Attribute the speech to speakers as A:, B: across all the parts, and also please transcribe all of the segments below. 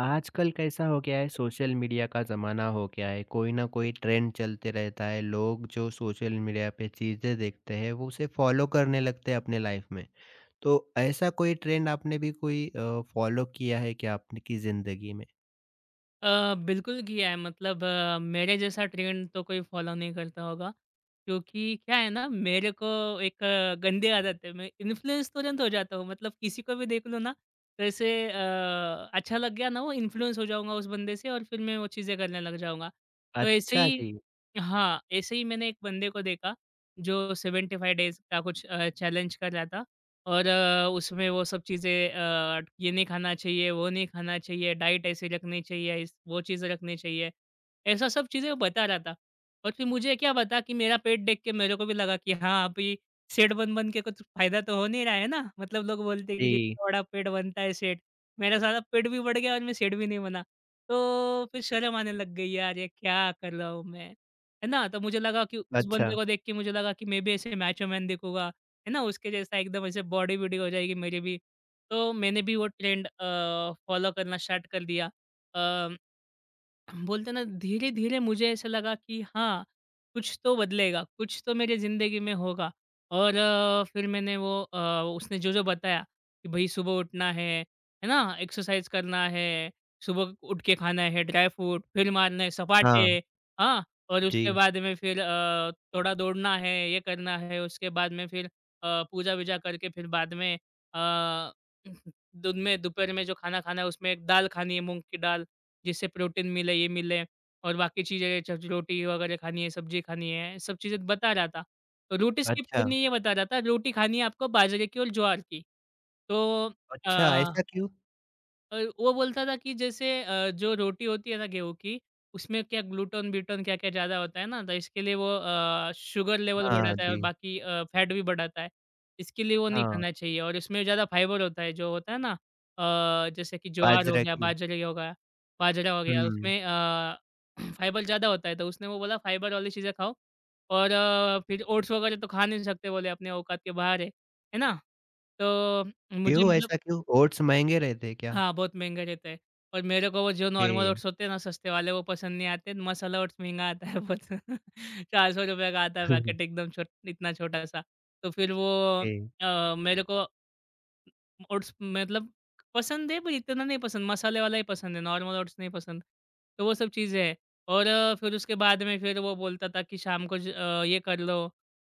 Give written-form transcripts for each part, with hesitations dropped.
A: आजकल कैसा हो गया है सोशल मीडिया का ज़माना हो गया है, कोई ना कोई ट्रेंड चलते रहता है, लोग जो सोशल मीडिया पे चीज़ें देखते हैं वो उसे फ़ॉलो करने लगते हैं अपने लाइफ में। तो ऐसा कोई ट्रेंड आपने भी कोई फ़ॉलो किया है क्या आपने की ज़िंदगी में?
B: बिल्कुल किया है मतलब मेरे जैसा ट्रेंड तो कोई फॉलो नहीं करता होगा क्योंकि क्या है ना। मेरे को एक गंदी आदत है, मैं इन्फ्लुएंस तो तुरंत हो जाता हूँ। मतलब किसी को भी देख लो ना, जैसे अच्छा लग गया ना, वो इन्फ्लुएंस हो जाऊंगा उस बंदे से और फिर मैं वो चीज़ें करने लग जाऊंगा। तो ऐसे
A: अच्छा
B: ही
A: जी।
B: हाँ, ऐसे ही मैंने एक बंदे को देखा जो 75 डेज़ का कुछ चैलेंज कर रहा था और उसमें वो सब चीज़ें ये नहीं खाना चाहिए, वो नहीं खाना चाहिए, डाइट ऐसी रखनी चाहिए, इस वो चीज़ें रखनी चाहिए। ऐसा सब चीज़ें वो बता रहा था और फिर मुझे क्या पता, कि मेरा पेट देख के मेरे को भी लगा कि हाँ, अभी सेठ बन-बन के कुछ फ़ायदा तो हो नहीं रहा है ना। मतलब लोग बोलते हैं कि
A: जी।
B: जितना बड़ा पेट बनता है सेठ। मेरा साला पेट भी बढ़ गया और मैं सेठ भी नहीं बना। तो फिर शर्म आने लग गई, यार ये क्या कर रहा हूँ मैं। है ना? तो मुझे लगा कि उस
A: अच्छा।
B: बंदे को देख के मुझे लगा कि मैं भी ऐसे मैचो मैन दिखूँगा, है ना? उसके जैसा एकदम ऐसे बॉडी-वॉडी हो जाएगी मेरी भी। तो मैंने भी वो ट्रेंड फ़ॉलो करना स्टार्ट कर दिया। अ बोलते ना, धीरे-धीरे मुझे ऐसा लगा कि हाँ, कुछ तो बदलेगा, कुछ तो मेरी ज़िंदगी में होगा। और फिर मैंने वो उसने जो-जो बताया कि भई सुबह उठना है ना? एक्सरसाइज़ करना है, सुबह उठ के खाना है ड्राई फ्रूट, फिर मारना है
A: हाँ।
B: सपाटे, हाँ? और उसके
A: जी।
B: बाद में फिर थोड़ा दौड़ना है, ये करना है, उसके बाद में फिर पूजा-वूजा करके फिर बाद में अ, दिन में दोपहर में जो खाना खाना है उसमें एक दाल खानी है, मूँग की दाल। जिससे प्रोटीन मिले, ये मिले और बाकी चीज़ें च रोटी वगैरह खानी है, सब्ज़ी खानी है, सब चीज़ें बता रहा था। तो रोटी स्किप
A: अच्छा।
B: करनी है ये बता रहा था, रोटी खानी है आपको बाजरे की और ज्वार की। तो
A: अच्छा,
B: अ
A: ऐसा क्यों?
B: और वो बोलता था कि जैसे जो रोटी होती है ना गेहूँ की, उसमें क्या ग्लूटन ब्यूटन क्या-क्या ज़्यादा होता है ना, तो इसके लिए वो शुगर लेवल
A: हाँ
B: बढ़ाता है और
A: जी।
B: बाकी फैट भी बढ़ाता है। इसके लिए वो नहीं
A: हाँ।
B: खाना चाहिए, और इसमें ज़्यादा फाइबर होता है, जो होता है ना जैसे कि ज्वार हो
A: बाजरा
B: गया,
A: की।
B: बाजरे हो गया, बाजरा हो गया,
A: हुँ।
B: उसमें फाइबर ज़्यादा होता है। तो उसने वो बोला फाइबर वाली चीज़ें खाओ, और फिर ओट्स वगैरह तो खा नहीं सकते बोले, अपने औकात के बाहर है ना? तो मुझे
A: क्यों,
B: मतलब
A: ऐसा क्यों? ओट्स महँगे रहते हैं क्या?
B: हाँ, बहुत महँगे रहते हैं। और मेरे को वो जो नॉर्मल
A: ए।
B: ओट्स होते हैं ना सस्ते वाले वो पसंद नहीं आते, मसाला ओट्स महँगा आता है बहुत। ₹400 का आता है पैकेट, एकदम छोट इतना छोटा-सा। तो फिर वो
A: ए।
B: मेरे को ओट्स मतलब पसंद है, पर इतना नहीं पसंद, मसाले वाला ही पसंद है, नॉर्मल ओट्स नहीं पसंद। तो वो सब चीज़ें हैं, और फिर उसके बाद में फिर वो बोलता था कि शाम को ज ये कर लो,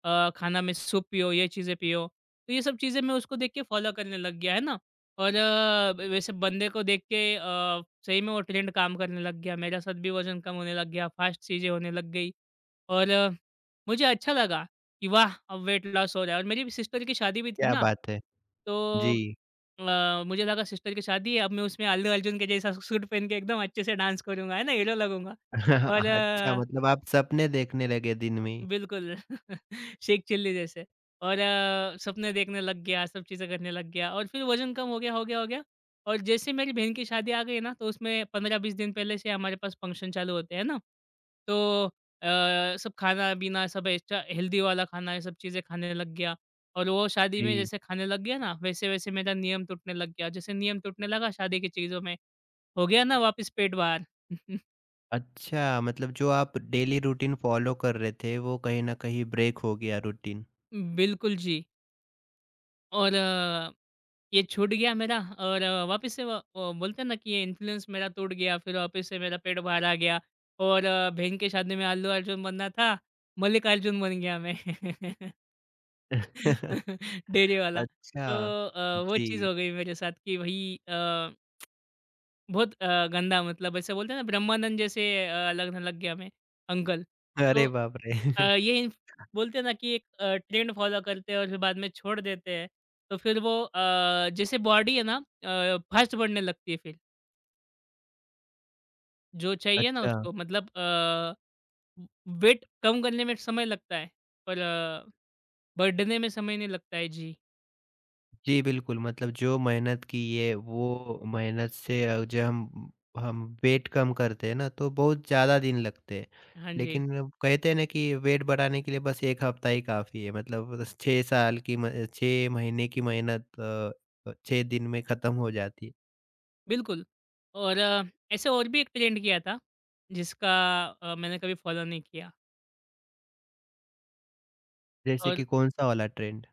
B: खाना में सूप पियो, ये चीज़ें पियो। तो ये सब चीज़ें मैं उसको देख के फॉलो करने लग गया, है ना? और ब वैसे बंदे को देख के सही में वो ट्रेंड काम करने लग गया, मेरा साथ भी वज़न कम होने लग गया, फास्ट चीज़ें होने लग गई। और मुझे अच्छा लगा कि वाह! अब वेट लॉस हो रहा है, और मेरी सिस्टर की शादी भी थी
A: क्या
B: ना,
A: बात है!
B: तो
A: जी।
B: मुझे लगा सिस्टर की शादी है, अब मैं उसमें अल्लू अर्जुन के जैसा सूट पहन के एकदम अच्छे से डांस करूँगा, है ना, हीरो लगूँगा। और
A: अच्छा, मतलब आप सपने देखने लगे दिन में?
B: बिल्कुल। शेख चिल्ली जैसे और सपने देखने लग गया, सब चीज़ें करने लग गया, और फिर वज़न कम हो गया, हो गया, हो गया। और जैसे मेरी बहन की शादी आ गई ना, तो उसमें 15-20 दिन पहले से हमारे पास फंक्शन चालू होते हैं ना। तो सब खाना-पीना सब एक्स्ट्रा हेल्दी वाला खाना, ये सब चीज़ें खाने लग गया। और वो शादी में
A: जी।
B: जैसे खाने लग गया ना, वैसे-वैसे मेरा नियम टूटने लग गया। जैसे नियम टूटने लगा शादी की चीज़ों में, हो गया ना वापस पेट बाहर।
A: अच्छा, मतलब जो आप डेली रूटीन फ़ॉलो कर रहे थे, वो कहीं न कहीं ब्रेक हो गया, रूटीन।
B: बिल्कुल जी। और ये छूट गया मेरा, और वापस से बोलते हैं ना कि ये इन्फ्लुएंस मेरा टूट गया, फिर वापस से मेरा पेट बाहर आ गया। और बहन की शादी में अल्लू अर्जुन बनना था, मल्लिकार्जुन बन गया मैं। डेरे वाला। तो
A: अच्छा।
B: वो चीज़
A: जी।
B: हो गई मेरे साथ कि भई बहुत गंदा मतलब ऐसे बोलते हैं ना, ब्रह्मानंद जैसे लगने लग गया मैं, अंकल। तो
A: अरे बाप रे!
B: ये इन्फ बोलते हैं ना कि एक ट्रेंड फॉलो करते हैं और फिर बाद में छोड़ देते हैं। तो फिर वो जैसे बॉडी है ना फास्ट बढ़ने लगती है फिर। जो चाहिए ना
A: अच्छा।
B: उसको मतलब व वेट कम करने में समय लगता है, पर बढ़ने में समय नहीं लगता है। जी।
A: जी, बिल्कुल, मतलब जो मेहनत की है वो मेहनत से जो हम वेट कम करते हैं ना तो बहुत ज़्यादा दिन लगते हैं।
B: हाँ जी,
A: लेकिन अब कहते हैं ना कि वेट बढ़ाने के लिए बस 1 हफ्ता ही काफ़ी है, मतलब 6 साल की म 6 महीने की मेहनत 6 दिन में ख़त्म हो जाती है।
B: बिल्कुल। और ऐसे और भी एक ट्रेंड किया था, जिसका मैंने कभी फॉलो नहीं किया।
A: जैसे
B: और
A: कि कौन-सा वाला ट्रेंड?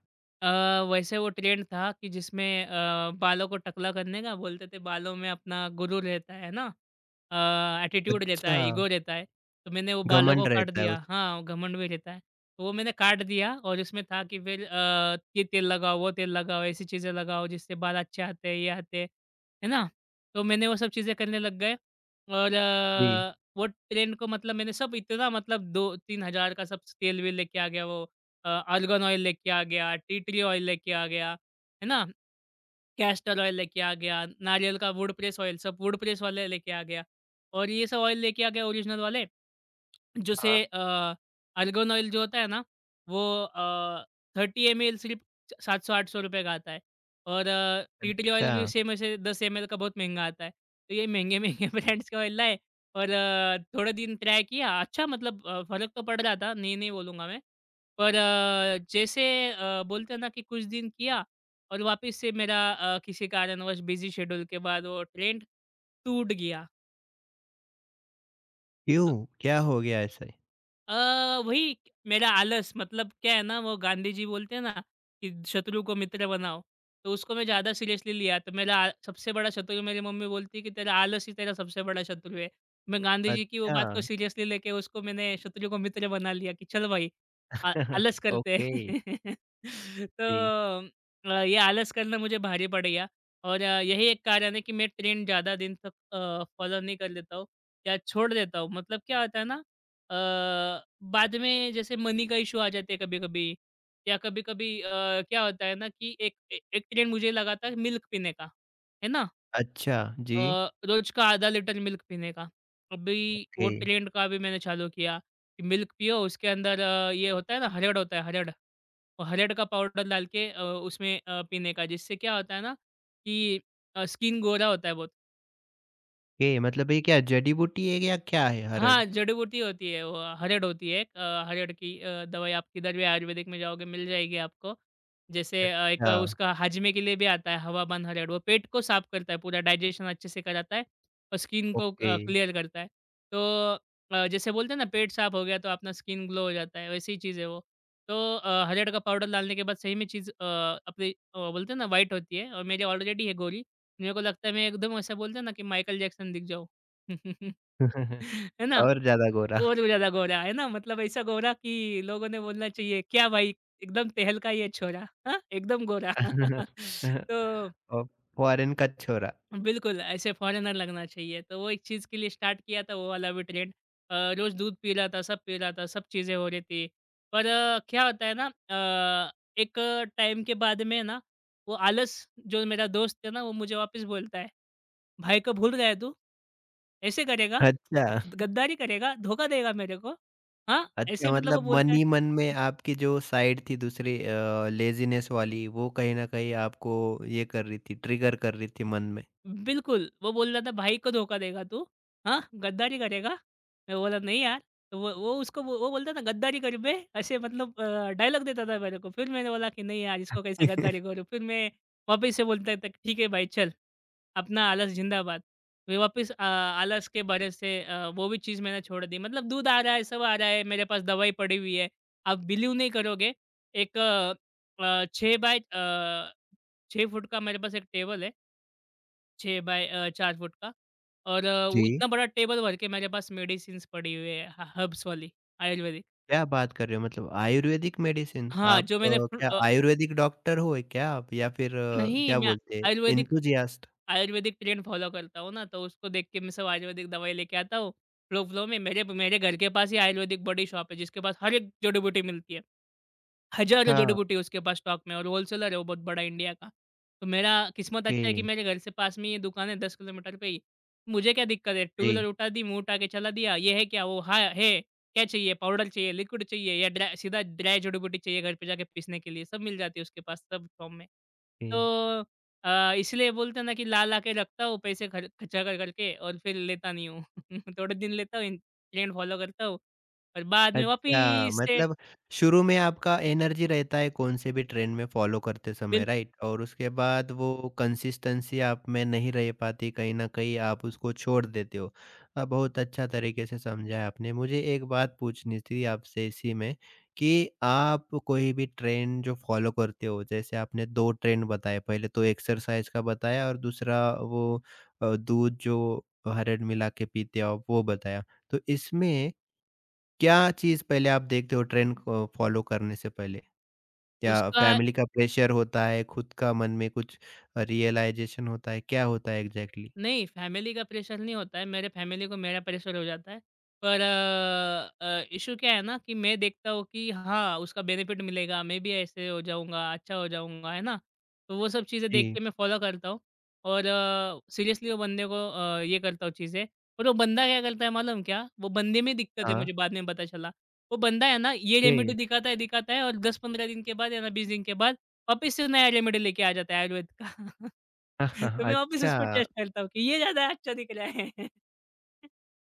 B: अ, वैसे वो ट्रेंड था कि जिसमें बालों को टकला करने का बोलते थे, बालों में अपना गुरु रहता है ना, एटीट्यूड रहता
A: अच्छा।
B: है, ईगो रहता है। तो मैंने वो बालों को
A: घमंड
B: काट
A: रहता है
B: दिया,
A: उस।
B: हाँ, घमंड भी रहता है। तो वो मैंने काट दिया, और उसमें था कि फिर ये तेल लगाओ, वो तेल लगाओ, ऐसी चीज़ें लगाओ जिससे बाल अच्छे आते हैं, ये आते हैं। है ना? तो मैंने वो सब चीज़ें करने लग गए, और
A: जी।
B: वो ट्रेंड को मतलब मैंने सब इतना मतलब 2-3000 का सब तेल-वेल लेके आ गया। वो अ, आर्गन ऑयल लेके आ गया, टी ट्री ऑयल लेके आ गया, है ना? कैस्टर ऑयल लेके आ गया, नारियल का वुड प्रेस ऑयल, सब वुड प्रेस वाले लेके आ गया, और ये सब ऑयल लेके आ गया, ओरिजिनल वाले। जैसे
A: हाँ।
B: अर्गन ऑयल जो होता है ना, वो 30 एमएल सिर्फ 700-800 का आता है। और टी ट्री ऑयल
A: अच्छा,
B: भी सेम ऐसे 10 एमएल का बहुत महँगा आता है। तो ये महँगे-महँगे ब्रांड्स का ऑयल लाए, और थोड़े दिन ट्राई किया, अच्छा मतलब फ़र्क तो पड़ रहा था, नहीं, नहीं बोलूँगा मैं। पर जैसे बोलते हैं ना, कि कुछ दिन किया और वापस से मेरा किसी कारणवश बिज़ी शेड्यूल के बाद वो ट्रेंड टूट गया।
A: क्यों? क्या हो गया ऐसे?
B: अ, वही मेरा आलस। मतलब क्या है ना, वो गांधी जी बोलते हैं ना कि शत्रु को मित्र बनाओ, तो उसको मैं ज़्यादा सीरियसली लिया। तो मेरा आ- सबसे बड़ा शत्रु, मेरी मम्मी बोलती है कि तेरा आलस ही तेरा सबसे बड़ा शत्रु है। मैं गांधी जी की वो
A: अच्छा।
B: बात को सीरियसली लेके उसको मैंने शत्रु को मित्र बना लिया कि चल भाई आ- आलस करते
A: ओके।
B: हैं।
A: जी।
B: तो ये आलस करना मुझे भारी पड़ गया। और यही एक कारण है कि मैं ट्रेंड ज़्यादा दिन तक फॉलो नहीं कर लेता हूँ या छोड़ देता हूँ। मतलब क्या होता है ना, अ, बाद में जैसे मनी का इशू आ जाते हैं कभी-कभी, या कभी-कभी क्या होता है ना कि एक ए एक ट्रेंड मुझे लगा था मिल्क पीने का, है ना?
A: अच्छा। जी।
B: अ, रोज़ का आधा लीटर मिल्क पीने का। अभी वो
A: ओके।
B: ट्रेंड का भी मैंने चालू किया कि मिल्क पियो, उसके अंदर ये होता है ना हरड़, होता है हरड़, वो हरड़ का पाउडर डाल के उसमें पीने का, जिससे क्या होता है ना कि स्किन गोरा होता है बहुत।
A: ये मतलब ये क्या जड़ी-बूटी है या क्या है हरड़?
B: हाँ, जड़ी-बूटी होती है, वो हरड़ होती है एक हरड़ की दवाई। आप किधर भी आयुर्वेदिक में जाओगे मिल जाएगी आपको। जैसे एक
A: अच्छा।
B: उसका हाजमे के लिए भी आता है हवाबंद हरड़, वो पेट को साफ करता है, पूरा डाइजेशन अच्छे से कराता है और स्किन को
A: ओके।
B: क्लियर करता है। तो जैसे बोलते हैं ना पेट साफ हो गया तो अपना स्किन ग्लो हो जाता है, वैसी ही चीज़ है वो। तो हरड़ का पाउडर डालने के बाद सही में चीज़ अपनी बोलते हैं ना व्हाइट होती है, और मेरी ऑलरेडी है गोरी। मेरे को लगता है मैं एकदम ऐसा बोलते हैं ना कि माइकल जैक्सन दिख जाऊँ। है ना?
A: और ज़्यादा गोरा।
B: और भी ज़्यादा गोरा, है ना? मतलब ऐसा गोरा कि लोगों ने बोलना चाहिए, "क्या भाई, एकदम टहलका ये छोरा, हाँ? एकदम गोरा।" तो
A: और फॉरेन का छोरा।
B: बिल्कुल, ऐसे फॉरेनर लगना चाहिए। तो वो एक चीज़ के लिए स्टार्ट किया था वो वाला भी ट्रेंड। रोज़ दूध पी रहा था, सब पी रहा था, सब चीज़ें हो रही थी। पर क्या होता है ना, एक टाइम के बाद में ना वो आलस जो मेरा दोस्त है ना वो मुझे वापस बोलता है, "भाई को भूल गया तू? "ऐसे करेगा?
A: अच्छा,
B: गद्दारी करेगा? धोखा देगा मेरे को? हाँ?" ऐसे
A: अच्छा,
B: मतलब वो
A: मतलब मन
B: बोलता है।
A: ही मन में आपकी जो साइड थी दूसरी लेज़ीनेस वाली, वो कहीं न कहीं आपको ये कर रही थी, ट्रिगर कर रही थी मन में।
B: बिल्कुल, वो बोल रहा था, "भाई को धोखा देगा तू, हाँ? गद्दारी करेगा?" मैं बोला नहीं यार। तो वो उसको वो बोलता था गद्दारी कर बे, ऐसे मतलब डायलॉग देता था मेरे को। फिर मैंने बोला कि नहीं यार, इसको कैसे गद्दारी करूँ। फिर मैं वापस से बोलता था, ठीक है भाई चल, अपना आलस ज़िंदाबाद। मैं वापस आलस के भरोसे वो भी चीज़ मैंने छोड़ दी। मतलब दूध आ रहा है, सब आ रहा है, मेरे पास दवाई पड़ी हुई है। आप बिलीव नहीं करोगे, एक 6 बाय 6 फुट का मेरे पास एक टेबल है। 6 बाय 4 फुट का। और
A: जी,
B: वो इतना बड़ा टेबल भर के मेरे पास मेडिसिन्स पड़ी हुई है, ह हर्ब्स वाली आयुर्वेदिक।
A: क्या बात कर रहे हो? मतलब आयुर्वेदिक मेडिसिन
B: हाँ,
A: आप
B: जो मैंने फ्रू
A: क्या
B: अ,
A: आयुर्वेदिक डॉक्टर हो क्या आप, या फिर
B: नहीं
A: क्या
B: मैं
A: बोलते हैं,
B: ayurvedic
A: enthusiast?
B: Ayurvedic trend follow करता हूँ ना, तो उसको देख के मैं सब आयुर्वेदिक दवाई लेके आता हूँ। फ्लो-फ्लो में मेरे मेरे घर के पास ही आयुर्वेदिक बड़ी शॉप है, जिसके पास हर एक जड़ी-बूटी मिलती है। हज़ारों
A: अच्छा।
B: जड़ी-बूटी उसके पास स्टॉक में, और होलसेलर है वो बहुत बड़ा इंडिया का। तो मेरा किस्मत
A: ओके।
B: अच्छा है कि मेरे घर से पास में ये दुकान है, 10 किलोमीटर पे ही। मुझे क्या दिक्कत है, टू व्हीलर
A: जी।
B: उठा दी, मुँह उठा के चला दिया, ये है क्या? वो हाँ है, क्या चाहिए? पाउडर चाहिए, लिक्विड चाहिए या ड्रा सीधा ड्राई जड़ी-बूटी चाहिए घर पे जाके पीसने के लिए, सब मिल जाती है उसके पास सब फॉर्म में।
A: जी।
B: तो इसलिए बोलते हैं ना कि ला-ला के रखता हूँ पैसे खर खर्चा कर कर के, और फिर लेता नहीं हूँ। थोड़े दिन लेता हूँ, इन ट्रेंड फॉलो करता हूँ और बाद में
A: अच्छा,
B: वापिस से
A: मतलब शुरू में आपका एनर्जी रहता है कौन से भी ट्रेंड में फ़ॉलो करते
B: बिल
A: समय, राइट? और उसके बाद वो कंसिस्टेंसी आप में नहीं रह पाती, कहीं न कहीं आप उसको छोड़ देते हो। बहुत अच्छा तरीके से समझा है आपने। मुझे एक बात पूछनी थी आपसे, इसी में कि आप कोई भी ट्रेंड जो फ़ॉलो करते हो, जैसे आपने 2 ट्रेंड बताए, पहले तो एक्सरसाइज़ का बताया और दूसरा वो दूध जो हरड़ मिला के पीते हो आप, वो बताया। तो इसमें क्या चीज़ पहले आप देखते हो ट्रेंड को फॉलो करने से पहले? क्या
B: उसका
A: फैमिली का प्रेशर होता है, खुद का मन में कुछ रियलाइज़ेशन होता है, क्या होता है एग्ज़ैक्टली?
B: नहीं। फैमिली का प्रेशर नहीं होता है, मेरे फैमिली को मेरा प्रेशर हो जाता है। पर इश्यू क्या है ना कि मैं देखता हूँ कि हाँ, उसका बेनिफिट मिलेगा, मैं भी ऐसे हो जाऊँगा, अच्छा हो जाऊँगा, है ना? तो वो सब चीज़ें देख
A: जी।
B: के मैं फ़ॉलो करता हूँ, और सीरियसली वो बंदे को ये करता हूँ चीज़ें। और वो बंदा क्या करता है मालूम क्या? वो बंदे में दिक्कत है,
A: हाँ।
B: मुझे बाद में पता चला। वो बंदा है ना ये
A: ओके।
B: रेमेडी दिखाता है, दिखाता है, और 10-15 दिन के बाद या ना 20 दिन के बाद वापस से नया रेमेडी लेके आ जाता है आयुर्वेद का। तो मैं वापस उस पे
A: अच्छा।
B: टेस्ट करता हूँ कि ये ज़्यादा अच्छा निकला है।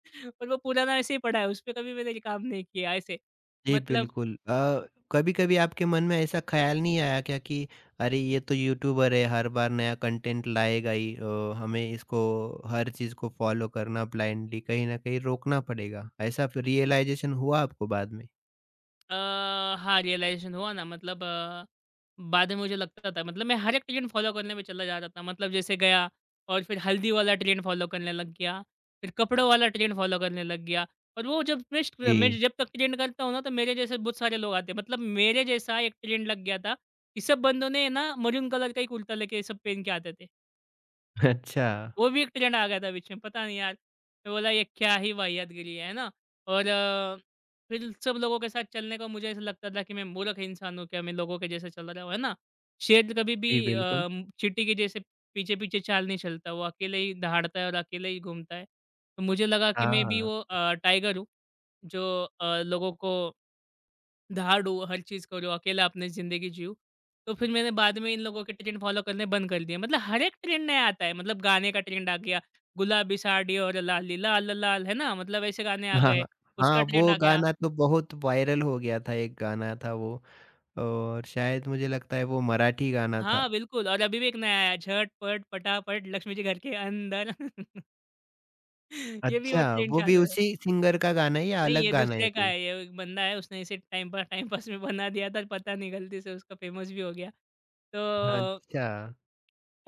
B: पर वो पुराना ऐसे ही पड़ा है, उस पे कभी मैंने काम नहीं किया ऐसे।
A: जी,
B: मतलब
A: बिल्कुल। कभी-कभी आपके मन में ऐसा ख़्याल नहीं आया क्या कि अरे, ये तो यूट्यूबर है, हर बार नया कंटेंट लाएगा ही, हमें इसको हर चीज़ को फॉलो करना ब्लाइंडली कहीं न कहीं रोकना पड़ेगा। ऐसा फिर रियलाइज़ेशन हुआ आपको बाद में?
B: अ, हाँ, रियलाइज़ेशन हुआ ना। मतलब बाद में मुझे लगता था, मतलब मैं हर एक ट्रेंड फॉलो करने में चला जाता था। मतलब जैसे गया, और फिर हल्दी वाला ट्रेंड फॉलो करने लग गया, फिर कपड़ों वाला ट्रेंड फॉलो करने लग गया। और वो जब मैं
A: जी।
B: जब तक ट्रेंड करता हूँ ना, तो मेरे जैसे बहुत सारे लोग आते हैं। मतलब मेरे जैसा एक ट्रेंड लग गया था कि सब बंदों ने ना मरून कलर का ही कुर्ता लेके सब पहन के आते थे।
A: अच्छा।
B: वो भी एक ट्रेंड आ गया था बीच में, पता नहीं यार। मैं बोला ये क्या ही वाहियातगिरी है ना? और फिर सब लोगों के साथ चलने का मुझे ऐसा लगता था कि मैं मूर्ख इंसान हूँ क्या, मैं लोगों के जैसे चल रहा हूँ, है ना? शेर कभी भी
A: जी, बिल्कुल।
B: चींटी के जैसे पीछे-पीछे चाल नहीं चलता, वो अकेले ही दहाड़ता है और अकेले ही घूमता है। तो मुझे लगा कि मैं भी
A: हाँ।
B: वो टाइगर हूँ, जो लोगों को धाड़ हो, हर चीज़ करो, अकेला अपनी ज़िंदगी जियो। तो फिर मैंने बाद में इन लोगों के ट्रेंड फ़ॉलो करने बंद कर दिए। मतलब हर एक ट्रेंड नया आता है, मतलब गाने का ट्रेंड आ गया, गुलाबी साड़ी और लाली लाल लाल, है ना? मतलब ऐसे गाने आ
A: हाँ,
B: गए,
A: हाँ।
B: उसका
A: हाँ,
B: ट्रेंड
A: वो
B: आ गया।
A: गाना तो बहुत वायरल हो गया था, एक गाना था वो, और शायद मुझे लगता है वो मराठी गाना था।
B: हाँ, बिल्कुल। और अभी भी एक नया आया है, झटपट पटापट लक्ष्मी जी घर के अंदर। ये भी वो
A: अच्छा,
B: ट्रेंड
A: वो भी
B: चालू है।
A: उसी सिंगर का गाना है या
B: नहीं,
A: अलग
B: ये
A: गाना है
B: दूसरे का
A: कोई?
B: है, ये एक बंदा है, उसने इसे टाइम पास में बना दिया था, पता नहीं गलती से उसका फेमस भी हो गया। तो
A: अच्छा,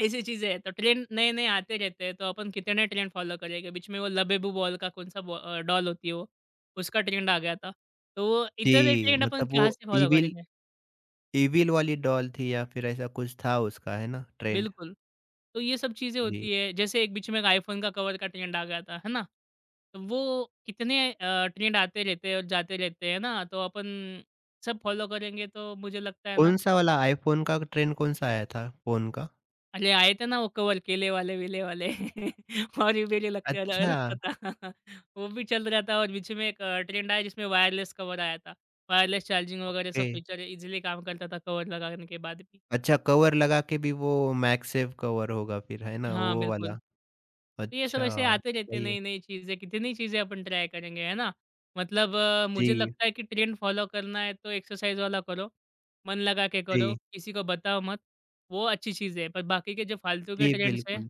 B: ऐसी चीज़ें हैं, तो ट्रेंड नए-नए आते रहते हैं, तो अपन कितने ट्रेंड फॉलो करेंगे। बीच में वो लबेबू बॉल का कौन-सा डॉल होती है वो, उसका ट्रेंड आ गया था। तो वो इतने
A: जी,
B: ट्रेंड अपन
A: मतलब वो
B: कहाँ से फॉलो
A: इविल,
B: करेंगे?
A: इविल वाली डॉल थी या फिर ऐसा कुछ था उसका, है ना ट्रेंड?
B: बिल्कुल, तो ये सब चीज़ें
A: जी।
B: होती है। जैसे एक बीच में एक आईफ़ोन का कवर का ट्रेंड आ गया था, है ना? तो वो कितने ट्रेंड आते रहते हैं और जाते रहते हैं ना, तो अपन सब फॉलो करेंगे तो मुझे लगता है ना।
A: कौन-सा वाला आईफ़ोन का ट्रेंड, कौन-सा आया था फ़ोन का?
B: अरे! आहे थे ना वो कवर केले वाले, विले वाले और ये मेरे लग र
A: अच्छा।
B: रखता था। वो भी चल रहा था और बीच में एक ट्रेंड आया जिसमें वायरलेस कवर आया था। वायरलेस चार्जिंग वगैरह
A: ओके।
B: सब फीचर ईज़िली काम करता था कवर लगाने के बाद भी।
A: अच्छा, कवर लगा के भी, वो मैगसेफ कवर होगा फिर, है ना?
B: हाँ,
A: वो
B: बिल्कुल।
A: वाला।
B: तो ये सब ऐसे
A: अच्छा,
B: आते रहते हैं
A: सही है।
B: नई-नई चीज़ें, कितनी चीज़ें अपन ट्राई करेंगे, है ना? मतलब मुझे
A: जी।
B: लगता है कि ट्रेंड फॉलो करना है तो एक्सरसाइज वाला करो, मन लगा के करो,
A: जी।
B: किसी को बताओ मत। वो अच्छी चीज़ है, पर बाकी के जो फालतू के
A: जी,
B: ट्रेंड्स हैं,
A: बिल्कुल।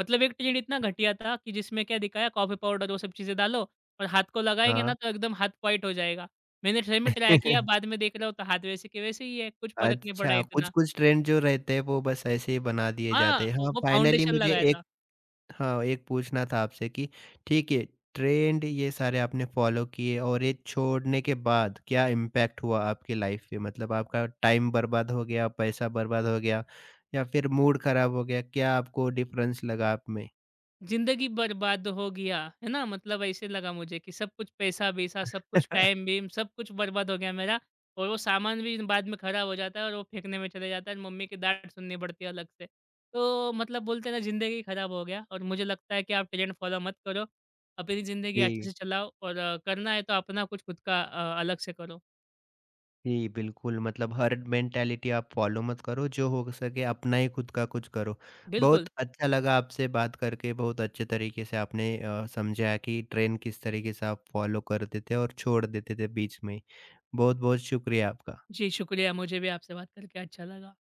B: मतलब एक ट्रेंड इतना घटिया था कि जिसमें क्या दिखाया कॉफ़ी पाउडर वो सब चीज़ें डालो और हाथ को लगाएँगे ना
A: हाँ।
B: तो एकदम हाथ व्हाइट हो जाएगा। मैंने सही में ट्राई किया, बाद में देख रहा हूँ तो हाथ वैसे के वैसे ही है, कुछ फ़र्क नहीं पड़ा
A: अच्छा,
B: इतना।
A: कुछ-कुछ ट्रेंड जो रहते हैं वो बस ऐसे ही बना दिए
B: हाँ,
A: जाते हैं। हाँ,
B: वो
A: फाइनली
B: फाउंडेशन
A: मुझे
B: लगाया
A: एक,
B: था।
A: हाँ, एक पूछना था आपसे कि ठीक है, ट्रेंड ये सारे आपने फॉलो किए, और ये छोड़ने के बाद क्या इम्पैक्ट हुआ आपकी लाइफ़ पे? मतलब आपका टाइम बर्बाद हो गया, पैसा बर्बाद हो गया, या फिर मूड खराब हो गया, क्या आपको डिफरेंस लगा आप में?
B: ज़िंदगी बर्बाद हो गया, है ना? मतलब ऐसे लगा मुझे कि सब कुछ पैसा-वैसा, सब कुछ टाइम-बीम, सब कुछ बर्बाद हो गया मेरा, और वो सामान भी बाद में खराब हो जाता है और वो फेंकने में चले जाता है और मम्मी की डाँट सुननी पड़ती है अलग से। तो मतलब बोलते हैं ना ज़िंदगी ख़राब हो गया, और मुझे लगता है कि आप ट्रेंड फ़ॉलो मत करो। अपनी ज़िंदगी अच्छे
A: जी।
B: से चलाओ, और करना है तो अपना कुछ खुद का अलग से करो।
A: जी, बिल्कुल, मतलब हर मेंटालिटी आप फॉलो मत करो, जो हो सके अपना ही खुद का कुछ करो।
B: बिल्कुल।
A: बहुत अच्छा लगा आपसे बात करके, बहुत अच्छे तरीके से आपने समझाया कि ट्रेंड किस तरीके से आप फॉलो करते थे और छोड़ देते थे बीच में ही। बहुत-बहुत शुक्रिया आपका।
B: जी, शुक्रिया, मुझे भी आपसे बात करके अच्छा लगा।